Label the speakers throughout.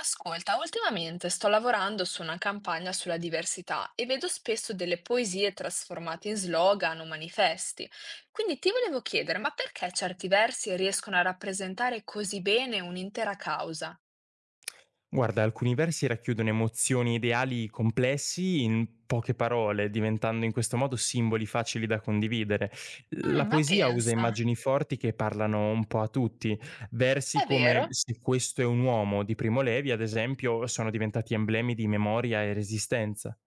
Speaker 1: Ascolta, ultimamente sto lavorando su una campagna sulla diversità e vedo spesso delle poesie trasformate in slogan o manifesti. Quindi ti volevo chiedere, ma perché certi versi riescono a rappresentare così bene un'intera causa?
Speaker 2: Guarda, alcuni versi racchiudono emozioni e ideali complessi in poche parole, diventando in questo modo simboli facili da condividere. La
Speaker 1: Ma
Speaker 2: poesia usa
Speaker 1: pensa,
Speaker 2: immagini forti che parlano un po' a tutti. Versi
Speaker 1: è
Speaker 2: come
Speaker 1: vero?
Speaker 2: Se questo è un uomo di Primo Levi, ad esempio, sono diventati emblemi di memoria e resistenza.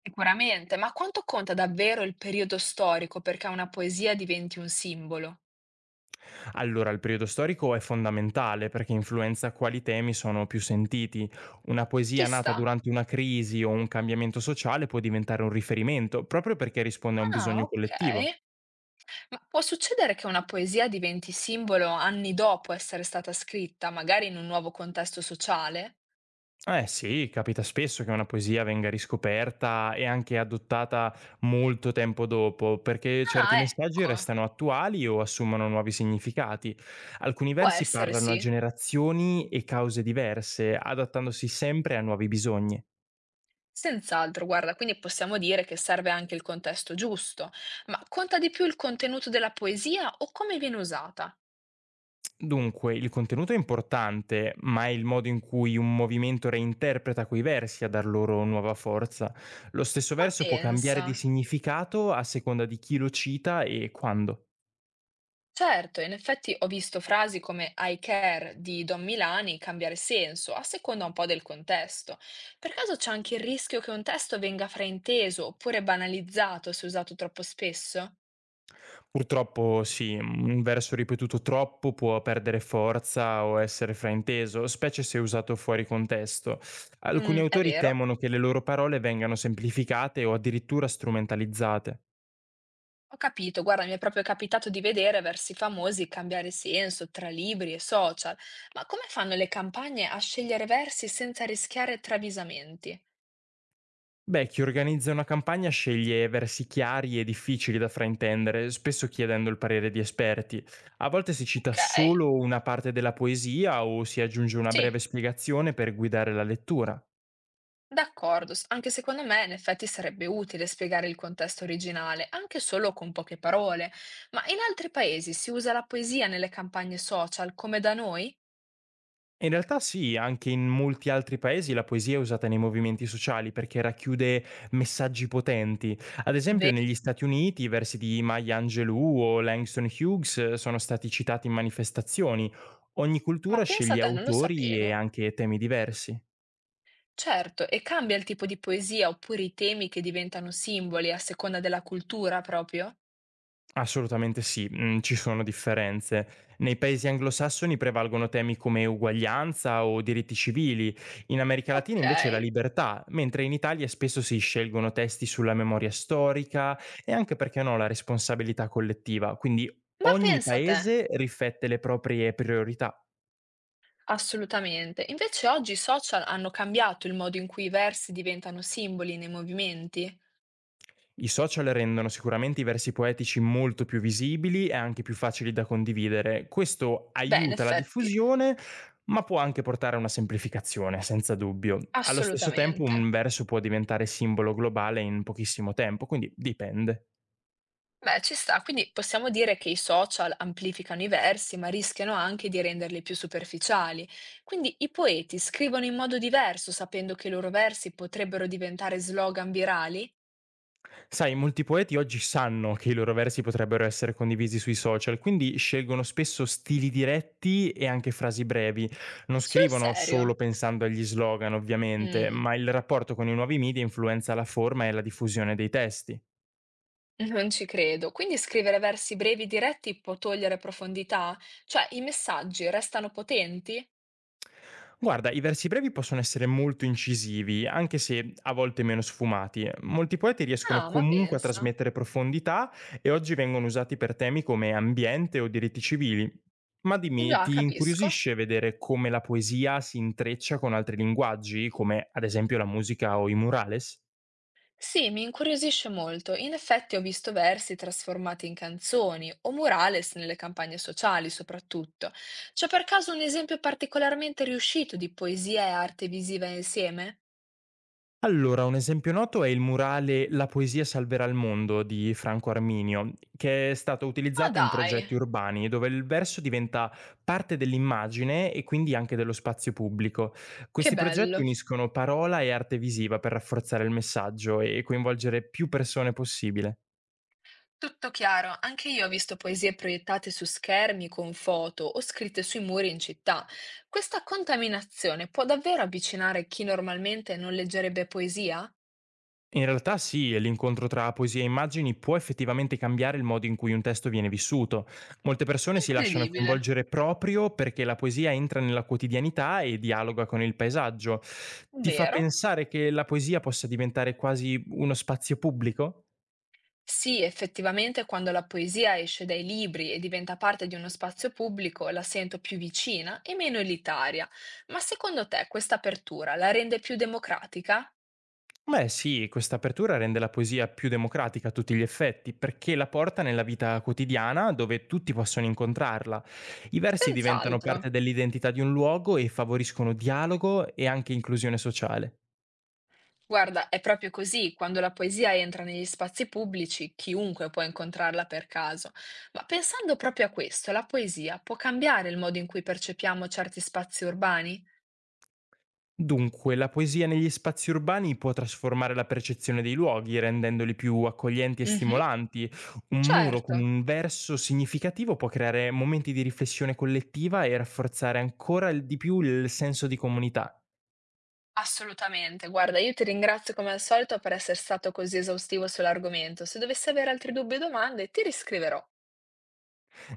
Speaker 1: Sicuramente, ma quanto conta davvero il periodo storico perché una poesia diventi un simbolo?
Speaker 2: Allora, il periodo storico è fondamentale perché influenza quali temi sono più sentiti. Una
Speaker 1: Ci
Speaker 2: poesia nata
Speaker 1: sta.
Speaker 2: durante una crisi o un cambiamento sociale può diventare un riferimento, proprio perché risponde a un
Speaker 1: Ah,
Speaker 2: bisogno
Speaker 1: ok.
Speaker 2: collettivo.
Speaker 1: Ma può succedere che una poesia diventi simbolo anni dopo essere stata scritta, magari in un nuovo contesto sociale?
Speaker 2: Eh sì, capita spesso che una poesia venga riscoperta e anche adottata molto tempo dopo, perché certi
Speaker 1: Ah,
Speaker 2: messaggi
Speaker 1: ecco,
Speaker 2: restano attuali o assumono nuovi significati. Alcuni
Speaker 1: può
Speaker 2: versi
Speaker 1: essere
Speaker 2: parlano a
Speaker 1: sì.
Speaker 2: generazioni e cause diverse, adattandosi sempre a nuovi bisogni.
Speaker 1: Senz'altro, guarda, quindi possiamo dire che serve anche il contesto giusto, ma conta di più il contenuto della poesia o come viene usata?
Speaker 2: Dunque, il contenuto è importante, ma è il modo in cui un movimento reinterpreta quei versi a dar loro nuova forza. Lo stesso
Speaker 1: Ma
Speaker 2: verso può cambiare
Speaker 1: pensa.
Speaker 2: di significato a seconda di chi lo cita e quando.
Speaker 1: Certo, in effetti ho visto frasi come I care di Don Milani cambiare senso a seconda un po' del contesto. Per caso c'è anche il rischio che un testo venga frainteso oppure banalizzato se usato troppo spesso?
Speaker 2: Purtroppo sì, un verso ripetuto troppo può perdere forza o essere frainteso, specie se usato fuori contesto. Alcuni
Speaker 1: È
Speaker 2: autori
Speaker 1: vero,
Speaker 2: temono che le loro parole vengano semplificate o addirittura strumentalizzate.
Speaker 1: ho capito. Guarda, mi è proprio capitato di vedere versi famosi cambiare senso tra libri e social. Ma come fanno le campagne a scegliere versi senza rischiare travisamenti?
Speaker 2: Beh, chi organizza una campagna sceglie versi chiari e difficili da fraintendere, spesso chiedendo il parere di esperti. A volte si cita
Speaker 1: Ok,
Speaker 2: solo una parte della poesia o si aggiunge una
Speaker 1: sì.
Speaker 2: breve spiegazione per guidare la lettura.
Speaker 1: D'accordo, anche secondo me in effetti sarebbe utile spiegare il contesto originale, anche solo con poche parole. Ma in altri paesi si usa la poesia nelle campagne social come da noi?
Speaker 2: In realtà sì, anche in molti altri paesi la poesia è usata nei movimenti sociali perché racchiude messaggi potenti. Ad esempio
Speaker 1: Ve-
Speaker 2: negli Stati Uniti i versi di Maya Angelou o Langston Hughes sono stati citati in manifestazioni. Ogni
Speaker 1: Ma
Speaker 2: cultura
Speaker 1: pensa a
Speaker 2: sceglie
Speaker 1: te, non lo
Speaker 2: autori
Speaker 1: sapevo.
Speaker 2: e anche temi diversi.
Speaker 1: Certo, e cambia il tipo di poesia oppure i temi che diventano simboli a seconda della cultura proprio?
Speaker 2: Assolutamente sì, mhmm, ci sono differenze. Nei paesi anglosassoni prevalgono temi come uguaglianza o diritti civili, in America Latina
Speaker 1: Ok,
Speaker 2: invece la libertà, mentre in Italia spesso si scelgono testi sulla memoria storica e anche, perché no, la responsabilità collettiva, quindi
Speaker 1: ma
Speaker 2: ogni
Speaker 1: pensa a te.
Speaker 2: paese riflette le proprie priorità.
Speaker 1: Assolutamente. Invece oggi i social hanno cambiato il modo in cui i versi diventano simboli nei movimenti.
Speaker 2: I social rendono sicuramente i versi poetici molto più visibili e anche più facili da condividere. Questo
Speaker 1: Beh, in
Speaker 2: aiuta la
Speaker 1: effetti,
Speaker 2: diffusione, ma può anche portare a una semplificazione, senza dubbio. Allo stesso tempo
Speaker 1: assolutamente.
Speaker 2: un verso può diventare simbolo globale in pochissimo tempo, quindi dipende.
Speaker 1: Beh, ci sta, quindi possiamo dire che i social amplificano i versi, ma rischiano anche di renderli più superficiali. Quindi i poeti scrivono in modo diverso, sapendo che i loro versi potrebbero diventare slogan virali?
Speaker 2: Sai, molti poeti oggi sanno che i loro versi potrebbero essere condivisi sui social, quindi scelgono spesso stili diretti e anche frasi brevi. Non
Speaker 1: Sul
Speaker 2: scrivono
Speaker 1: serio?
Speaker 2: solo pensando agli slogan, ovviamente,
Speaker 1: Mm,
Speaker 2: ma il rapporto con i nuovi media influenza la forma e la diffusione dei testi.
Speaker 1: non ci credo. Quindi scrivere versi brevi diretti può togliere profondità? Cioè, i messaggi restano potenti?
Speaker 2: Guarda, i versi brevi possono essere molto incisivi, anche se a volte meno sfumati. Molti poeti riescono
Speaker 1: Ah, ma
Speaker 2: comunque a
Speaker 1: pensa.
Speaker 2: trasmettere profondità e oggi vengono usati per temi come ambiente o diritti civili. Ma dimmi,
Speaker 1: Già,
Speaker 2: ti
Speaker 1: capisco.
Speaker 2: incuriosisce vedere come la poesia si intreccia con altri linguaggi, come ad esempio la musica o i murales?
Speaker 1: Sì, mi incuriosisce molto. In effetti ho visto versi trasformati in canzoni o murales nelle campagne sociali, soprattutto. C'è per caso un esempio particolarmente riuscito di poesia e arte visiva insieme?
Speaker 2: Allora, un esempio noto è il murale La poesia salverà il mondo di Franco Arminio, che è stato
Speaker 1: Ma
Speaker 2: utilizzato in
Speaker 1: dai,
Speaker 2: progetti urbani, dove il verso diventa parte dell'immagine e quindi anche dello spazio pubblico.
Speaker 1: che
Speaker 2: Questi progetti
Speaker 1: bello!
Speaker 2: uniscono parola e arte visiva per rafforzare il messaggio e coinvolgere più persone possibile.
Speaker 1: Tutto chiaro, anche io ho visto poesie proiettate su schermi con foto o scritte sui muri in città. Questa contaminazione può davvero avvicinare chi normalmente non leggerebbe poesia?
Speaker 2: In realtà sì, e l'incontro tra poesia e immagini può effettivamente cambiare il modo in cui un testo viene vissuto. Molte persone si lasciano
Speaker 1: Incredibile,
Speaker 2: coinvolgere proprio perché la poesia entra nella quotidianità e dialoga con il paesaggio. Ti fa
Speaker 1: vero?
Speaker 2: pensare che la poesia possa diventare quasi uno spazio pubblico?
Speaker 1: Sì, effettivamente quando la poesia esce dai libri e diventa parte di uno spazio pubblico la sento più vicina e meno elitaria. Ma secondo te questa apertura la rende più democratica?
Speaker 2: Beh sì, questa apertura rende la poesia più democratica a tutti gli effetti, perché la porta nella vita quotidiana dove tutti possono incontrarla. I versi diventano
Speaker 1: Senz'altro.
Speaker 2: parte dell'identità di un luogo e favoriscono dialogo e anche inclusione sociale.
Speaker 1: Guarda, è proprio così, quando la poesia entra negli spazi pubblici, chiunque può incontrarla per caso. Ma pensando proprio a questo, la poesia può cambiare il modo in cui percepiamo certi spazi urbani?
Speaker 2: Dunque, la poesia negli spazi urbani può trasformare la percezione dei luoghi, rendendoli più accoglienti e
Speaker 1: Mhm,
Speaker 2: stimolanti. Un muro con
Speaker 1: certo.
Speaker 2: un verso significativo può creare momenti di riflessione collettiva e rafforzare ancora di più il senso di comunità.
Speaker 1: Assolutamente. Guarda, io ti ringrazio come al solito per esser stato così esaustivo sull'argomento. Se dovessi avere altri dubbi o domande, ti riscriverò.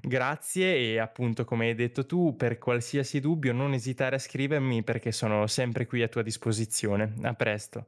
Speaker 2: Grazie e appunto, come hai detto tu, per qualsiasi dubbio non esitare a scrivermi perché sono sempre qui a tua disposizione. A presto.